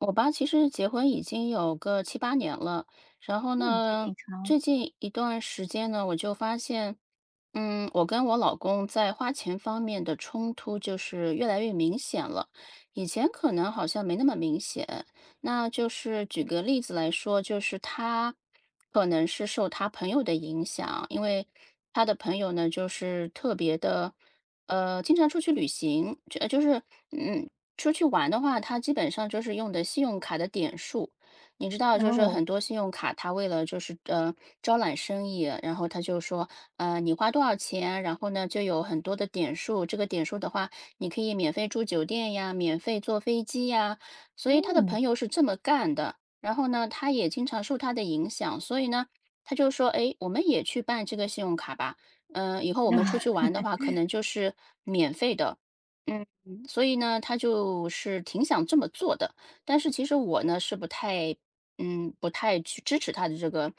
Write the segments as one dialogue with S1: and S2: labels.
S1: 我爸其实结婚已经有个七八年了，然后
S2: 嗯，还
S1: 呢，
S2: 挺长。
S1: 最近一段时间呢，我就发现，我跟我老公在花钱方面的冲突就是越来越明显了。以前可能好像没那么明显，那就是举个例子来说，就是他可能是受他朋友的影响，因为他的朋友呢，就是特别的，经常出去旅行嗯。出去玩的话，他基本上就是用的信用卡的点数。你知道，
S2: 然
S1: 就是
S2: 后
S1: 很多信用卡，他为了就是招揽生意，然后他就说，你花多少钱，然后呢就有很多的点数。这个点数的话，你可以免费住酒店呀，免费坐飞机呀。所以他的
S2: 嗯，
S1: 朋友是这么干的。然后呢，他也经常受他的影响，所以呢，他就说，哎，我们也去办这个信用卡吧。以后我们出
S2: 那
S1: 去玩 的话，可能就是免费的。嗯。所以呢，他就是挺想这么做的。但是其实我呢是不太，不太去支持他的这个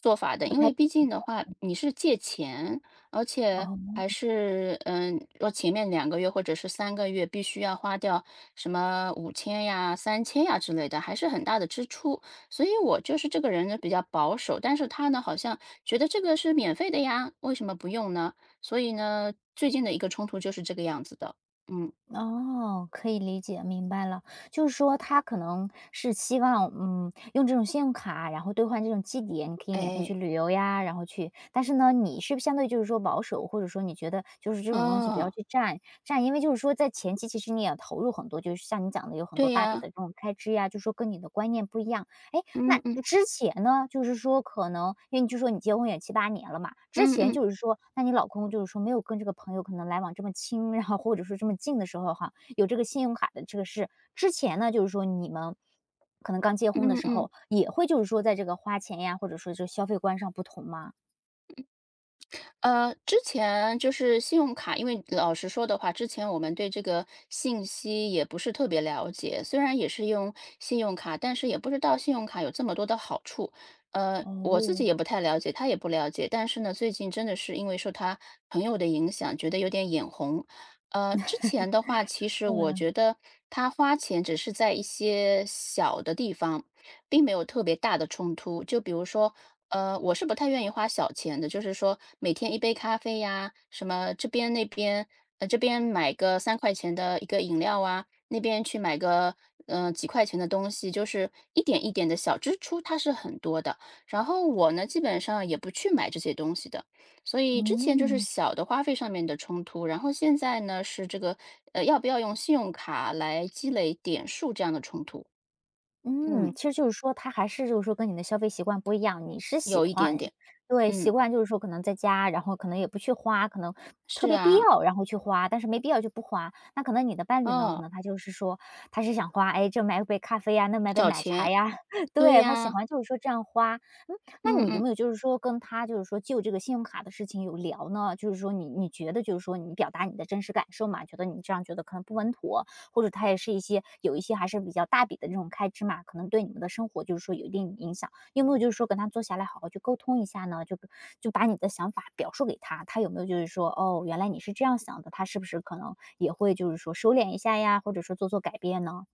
S1: 做法的，
S2: 不
S1: 因
S2: 太。
S1: 为毕竟的话，你是借钱，而且
S2: 哦，
S1: 还是要前面两个月或者是三个月必须要花掉什么五千呀、3000呀之类的，还是很大的支出。所以我就是这个人呢比较保守，但是他呢好像觉得这个是免费的呀，为什么不用呢？所以呢，最近的一个冲突就是这个样子的，嗯。
S2: 哦，可以理解，明白了。就是说他可能是希望，用这种信用卡，然后兑换这种绩点，你可以免费去
S1: 哎，
S2: 旅游呀，然后去。但是呢，你是相对就是说保守，或者说你觉得就是这种东西不要
S1: 哦，
S2: 去占，因为就是说在前期其实你也投入很多，就是像你讲的有很多
S1: 对
S2: 大笔
S1: 呀，
S2: 的这种开支呀，就说跟你的观念不一样。诶，
S1: 嗯
S2: 那
S1: 嗯，
S2: 之前呢，就是说可能因为你就说你结婚也七八年了嘛，之
S1: 嗯
S2: 前
S1: 嗯，
S2: 就是说，那你老公就是说没有跟这个朋友可能来往这么亲，然后或者说这么近的时候哈，有这个信用卡的这个事。之前呢，就是说你们可能刚结婚的
S1: 嗯
S2: 时
S1: 嗯。
S2: 候，也会就是说在这个花钱呀，或者说这消费观上不同吗？
S1: 之前就是信用卡，因为老实说的话，之前我们对这个信息也不是特别了解。虽然也是用信用卡，但是也不知道信用卡有这么多的好处。我自己
S2: 哦，
S1: 也不太了解，他也不了解。但是呢，最近真的是因为受他朋友的影响，觉得有点眼红。之前的话，其实我
S2: 嗯，
S1: 觉得他花钱只是在一些小的地方，并没有特别大的冲突。就比如说，我是不太愿意花小钱的，就是说每天一杯咖啡呀，什么这边那边，这边买个3块钱的一个饮料啊，那边去买个几块钱的东西，就是一点一点的小支出，它是很多的。然后我呢，基本上也不去买这些东西的，所以之前就是
S2: 嗯。
S1: 小的花费上面的冲突，然后现在呢是这个要不要用信用卡来积累点数这样的冲突，
S2: 嗯，
S1: 嗯，
S2: 其实就是说他还是就是说跟你的消费习惯不一样，你是喜
S1: 有一点
S2: 欢
S1: 点，
S2: 对，习
S1: 嗯，
S2: 惯就是说可能在家，然后可能也不去花，可能特
S1: 是
S2: 别必
S1: 啊，
S2: 要，然后去花，但是没必要就不花。那可能你的伴侣呢，可
S1: 嗯。
S2: 能他就是说他是想花，哎，这买杯咖啡呀，那买杯
S1: 小
S2: 奶茶
S1: 钱，
S2: 呀，
S1: 对
S2: 对，他喜
S1: 呀，
S2: 欢就是说这样花。嗯，那
S1: 嗯
S2: 你有
S1: 嗯。
S2: 没有就是说跟他就是说就这个信用卡的事情有聊呢？就是说你觉得就是说你表达你的真实感受嘛，觉得你这样觉得可能不稳妥，或者他也是一些有一些还是比较大笔的这种开支嘛，可能对你们的生活就是说有一定影响。你有没有就是说跟他坐下来好好去沟通一下呢？就把你的想法表述给他，他有没有就是说，哦，原来你是这样想的，他是不是可能也会就是说收敛一下呀，或者说做做改变呢？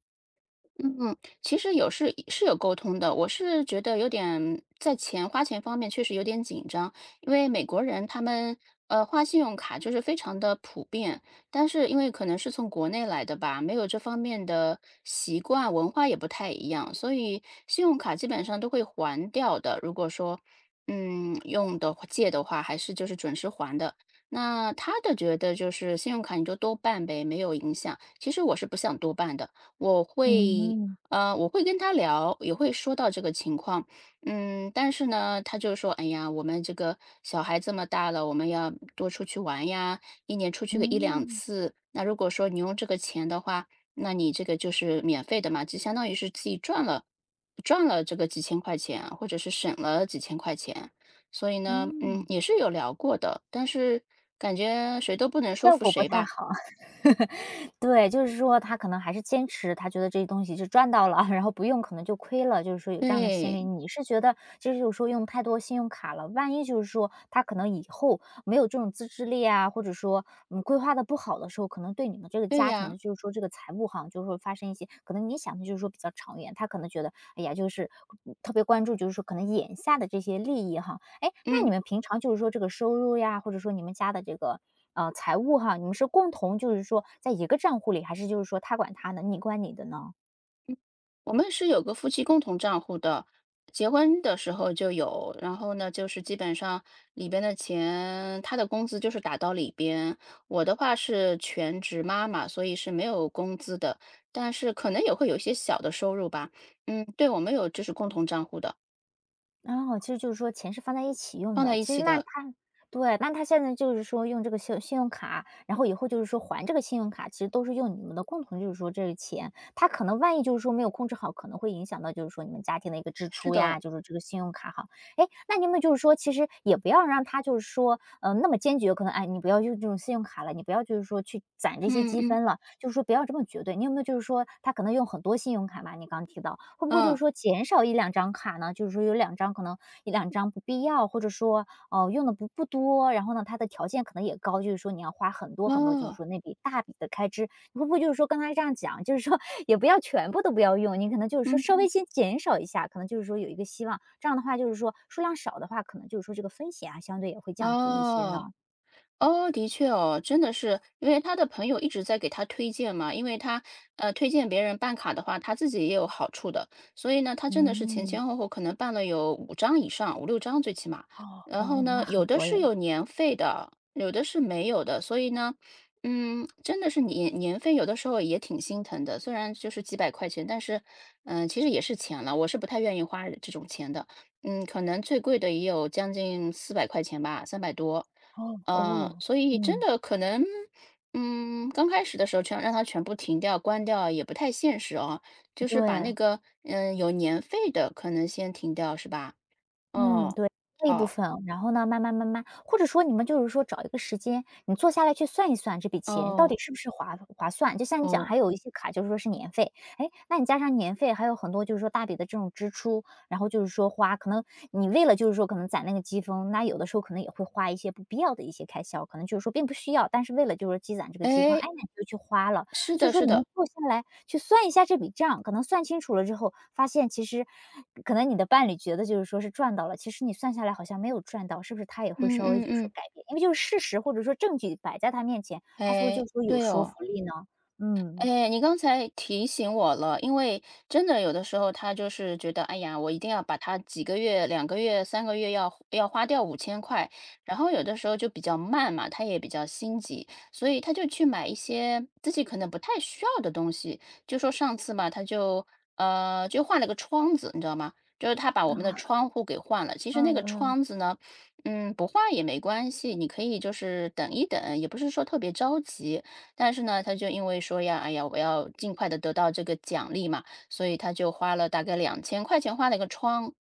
S1: 嗯，其实有是有沟通的，我是觉得有点在钱花钱方面确实有点紧张，因为美国人他们花信用卡就是非常的普遍，但是因为可能是从国内来的吧，没有这方面的习惯，文化也不太一样，所以信用卡基本上都会还掉的。如果说用的话借的话，还是就是准时还的。那他的觉得就是信用卡你就多办呗，没有影响。其实我是不想多办的。我会，
S2: 嗯
S1: 我会跟他聊，也会说到这个情况，嗯，但是呢，他就说，哎呀，我们这个小孩这么大了，我们要多出去玩呀，一年出去个一两
S2: 嗯
S1: 次。那如果说你用这个钱的话，那你这个就是免费的嘛，就相当于是自己赚了这个几千块钱啊，或者是省了几千块钱。所以
S2: 嗯
S1: 呢，嗯，也
S2: 嗯。
S1: 是有聊过的，但是感觉谁都不能说
S2: 效
S1: 服
S2: 果不
S1: 谁
S2: 太
S1: 吧？
S2: 好。对，就是说他可能还是坚持，他觉得这些东西是赚到了，然后不用可能就亏了，就是说有这样的心理。
S1: 对，
S2: 你是觉得就是有时候用太多信用卡了，万一就是说他可能以后没有这种自制力啊，或者说，嗯，规划的不好的时候，可能对你们这个
S1: 对
S2: 家庭
S1: 呀，
S2: 的就是说这个财务哈，就是说发生一些可能你想的就是说比较长远，他可能觉得，哎呀，就是特别关注，就是说可能眼下的这些利益哈。哎，那
S1: 嗯。
S2: 你们平常就是说这个收入呀，或者说你们家的这个财务哈，你们是共同就是说在一个账户里，还是就是说他管他的，你管你的呢？
S1: 我们是有个夫妻共同账户的，结婚的时候就有，然后呢，就是基本上里边的钱，他的工资就是打到里边。我的话是全职妈妈，所以是没有工资的，但是可能也会有一些小的收入吧。嗯，对，我们有就是共同账户的，
S2: 哦，其实就是说钱是放在一起用
S1: 放在
S2: 的，
S1: 一
S2: 其实
S1: 起
S2: 那他
S1: 的。
S2: 对，那他现在就是说用这个信用卡，然后以后就是说还这个信用卡，其实都是用你们的共同就是说这个钱，他可能万一就是说没有控制好，可能会影响到就是说你们家庭的一个支
S1: 是
S2: 出
S1: 的，
S2: 呀，就是这个信用卡哈。哎，那你们就是说，其实也不要让他就是说，那么坚决，可能哎，你不要用这种信用卡了，你不要就是说去攒这些
S1: 嗯
S2: 积
S1: 嗯，
S2: 分了，就是说不要这么绝对。你有没有就是说他可能用很多信用卡嘛，你刚提到，会不会就是
S1: 嗯，
S2: 说减少一两张卡呢？就是说有两张可能一两张不必要，或者说，哦用的不多，然后呢，他的条件可能也高，就是说你要花很多很多，就是
S1: 哦，
S2: 说那笔大笔的开支。你会不会就是说刚才这样讲，就是说 也不要全部都不要用，你可能就是说
S1: 嗯，
S2: 稍微先减少一下，可能就是说有一个希望。这样的话就是说数量少的话，可能就是说这个风险啊，相对也会降低一些
S1: 哦。
S2: 呢？
S1: 哦，的确哦，真的是，因为他的朋友一直在给他推荐嘛，因为他推荐别人办卡的话，他自己也有好处的，所以呢，他真的是前
S2: 嗯，
S1: 前后后可能办了有5张以上，五六张最起码。
S2: 哦，
S1: 然后
S2: 哦，那
S1: 呢，有
S2: 很
S1: 的
S2: 多
S1: 是
S2: 耶。
S1: 有年费的，有的是没有的，所以呢，嗯，真的是年年费有的时候也挺心疼的，虽然就是几百块钱，但是其实也是钱了，我是不太愿意花这种钱的，嗯，可能最贵的也有将近400块钱吧，300多。
S2: 哦
S1: 嗯，
S2: 哦，
S1: 所以真
S2: 嗯，
S1: 的可能，嗯，刚开始的时候全让它全部停掉、关掉也不太现实哦，就是把那
S2: 对，
S1: 个，嗯，有年费的可能先停掉，是吧？
S2: 嗯，
S1: 哦，
S2: 对，那一部
S1: 好，
S2: 分啊，然后呢，慢慢慢慢，或者说你们就是说找一个时间，你坐下来去算一算这笔钱到底
S1: 哦，
S2: 是不是划算。就像你讲，还
S1: 哦，
S2: 有一些卡就是说是年费，哎，那你加上年费，还有很多就是说大笔的这种支出，然后就是说花，可能你为了就是说可能攒那个积分，那有的时候可能也会花一些不必要的一些开销，可能就是说并不需要，但是为了就是积攒这个积分，
S1: 哎，
S2: 哎，那你就去花了。
S1: 是
S2: 所以
S1: 的，
S2: 说
S1: 是
S2: 你们
S1: 的，
S2: 坐下来去算一下这笔账，可能算清楚了之后，发现其实可能你的伴侣觉得就是说是赚到了，其实你算下来好像没有赚到，是不是他也会
S1: 嗯
S2: 稍微
S1: 嗯
S2: 就是说
S1: 嗯，
S2: 改变？因为就是事实或者说证据摆在他面前，他是不是
S1: 哎，
S2: 就说有
S1: 对
S2: 说
S1: 哦。
S2: 服力呢？嗯，
S1: 哎，你刚才提醒我了，因为真的有的时候他就是觉得，哎呀，我一定要把他几个月、两个月、三个月要花掉5000块，然后有的时候就比较慢嘛，他也比较心急，所以他就去买一些自己可能不太需要的东西。就说上次嘛，他就就换了个窗子，你知道吗？就是他把我们的窗户给换了。其实那
S2: 嗯
S1: 个
S2: 嗯，
S1: 窗子呢，嗯，不换也没关系，你可以就是等一等，也不是说特别着急。但是呢，他就因为说呀，哎呀，我要尽快的得到这个奖励嘛，所以他就花了大概2000块钱画了一个窗。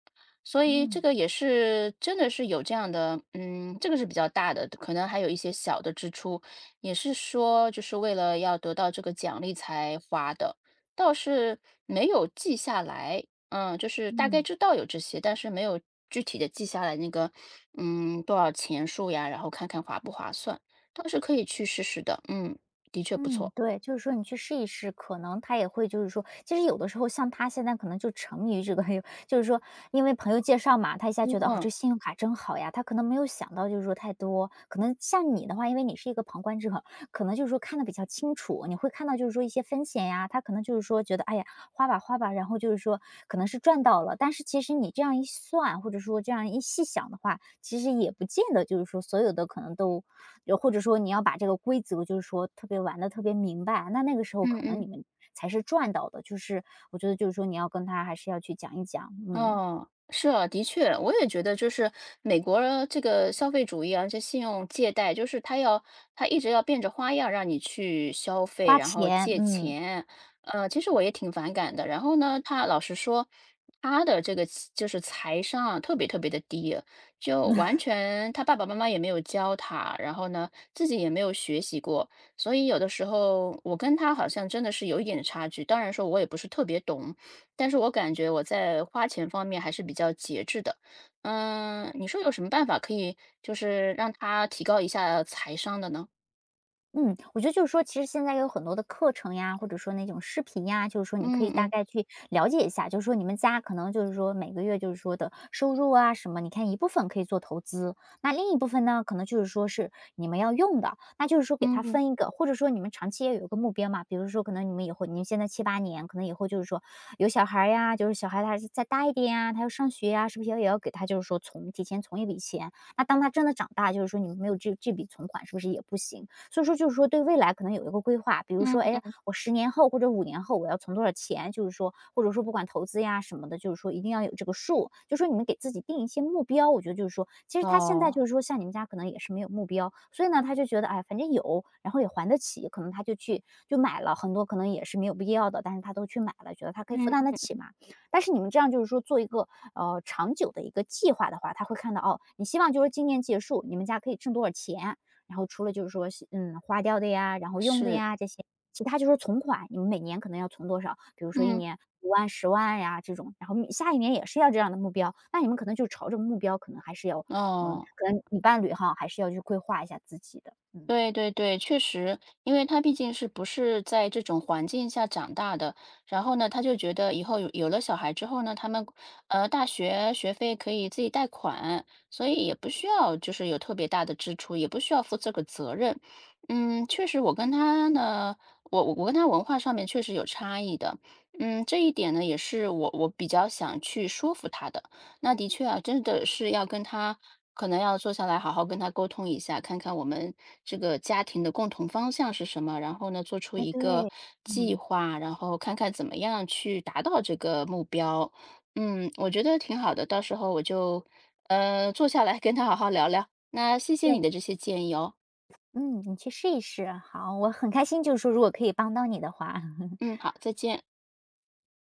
S1: 所以这
S2: 嗯，
S1: 个也是真的是有这样的，嗯，这个是比较大的，可能还有一些小的支出，也是说就是为了要得到这个奖励才花的，倒是没有记下来，嗯，就是大概
S2: 嗯。
S1: 知道有这些，但是没有具体的记下来那个，嗯，多少钱数呀，然后看看划不划算，倒是可以去试试的，嗯。的确不
S2: 嗯，
S1: 错。
S2: 对，就是说你去试一试，可能他也会就是说，其实有的时候像他现在可能就沉迷于这个，就是说因为朋友介绍嘛，他一下觉得哦，
S1: 嗯，
S2: 这信用卡真好呀，他可能没有想到就是说太多，可能像你的话，因为你是一个旁观者，可能就是说看得比较清楚，你会看到就是说一些风险呀，他可能就是说觉得哎呀花吧花吧，然后就是说可能是赚到了，但是其实你这样一算，或者说这样一细想的话，其实也不见得就是说所有的可能都又或者说你要把这个规则就是说特别玩的特别明白，那那个时候
S1: 嗯
S2: 可能
S1: 嗯。
S2: 你们才是赚到的。就是我觉得就是说你要跟他还是要去讲一讲，
S1: 哦，是啊，的确，我也觉得就是美国这个消费主义啊，且信用借贷，就是他要他一直要变着花样让你去消费，
S2: 花
S1: 然后
S2: 钱，
S1: 借
S2: 嗯。
S1: 钱，其实我也挺反感的。然后呢，他老实说，他的这个其就是财商啊，特别特别的低啊，就完全他爸爸妈妈也没有教他，然后呢，自己也没有学习过，所以有的时候我跟他好像真的是有一点差距。当然说，我也不是特别懂。但是我感觉我在花钱方面还是比较节制的。嗯，你说有什么办法可以就是让他提高一下财商的呢？
S2: 嗯，我觉得就是说，其实现在有很多的课程呀，或者说那种视频呀，就是说你可以
S1: 嗯
S2: 大
S1: 嗯
S2: 概去了解一下，就是说你们家可能就是说每个月就是说的收入啊什么，你看一部分可以做投资，那另一部分呢，可能就是说是你们要用的，那就是说给
S1: 嗯
S2: 他
S1: 嗯
S2: 分一个，或者说你们长期也有一个目标嘛，比如说可能你们以后，你们现在七八年，可能以后就是说有小孩儿呀，就是小孩他再大一点呀，他要上学呀，是不是也要给他就是说存提前存一笔钱？那当他真的长大，就是说你们没有这笔存款，是不是也不行？所以说就是说对未来可能有一个规划，比如
S1: 嗯
S2: 说，哎，
S1: 嗯
S2: 我10年后或者5年后我要存多少钱，就是说或者说不管投资呀什么的，就是说一定要有这个数，就说你们给自己定一些目标。我觉得就是说，其实他现在
S1: 哦，
S2: 就是说像你们家可能也是没有目标，所以呢，他就觉得，哎，反正有，然后也还得起，可能他就去就买了很多，可能也是没有必要的，但是他都去买了，觉得他可以负
S1: 嗯，
S2: 担得起嘛。但是你们这样就是说做一个，长久的一个计划的话，他会看到，哦，你希望就是今年结束，你们家可以挣多少钱，然后除了就是说花掉的呀，然后用的
S1: 是，
S2: 呀这些，其他就是存款，你们每年可能要存多少，比如说一
S1: 嗯。
S2: 年5万、10万呀这种，然后你下一年也是要这样的目标，那你们可能就朝着目标可能还是要嗯，
S1: 哦。
S2: 可能你伴侣哈，还是要去规划一下自己的，嗯。
S1: 对对对，确实，因为他毕竟是不是在这种环境下长大的，然后呢，他就觉得以后有了小孩之后呢，他们大学学费可以自己贷款，所以也不需要就是有特别大的支出，也不需要负这个责任。嗯，确实，我跟他呢，我跟他文化上面确实有差异的，嗯，这一点呢，也是我比较想去说服他的。那的确啊，真的是要跟他可能要坐下来好好跟他沟通一下，看看我们这个家庭的共同方向是什么，然后呢，做出
S2: 哎，
S1: 一个
S2: 对，
S1: 计
S2: 嗯，
S1: 划，然后看看怎么样去达到这个目标。嗯，我觉得挺好的，到时候我就坐下来跟他好好聊聊。那谢谢你
S2: 对，
S1: 的这些建议哦。
S2: 嗯，你去试一试，好，我很开心就是说如果可以帮到你的话。
S1: 嗯，好，再见。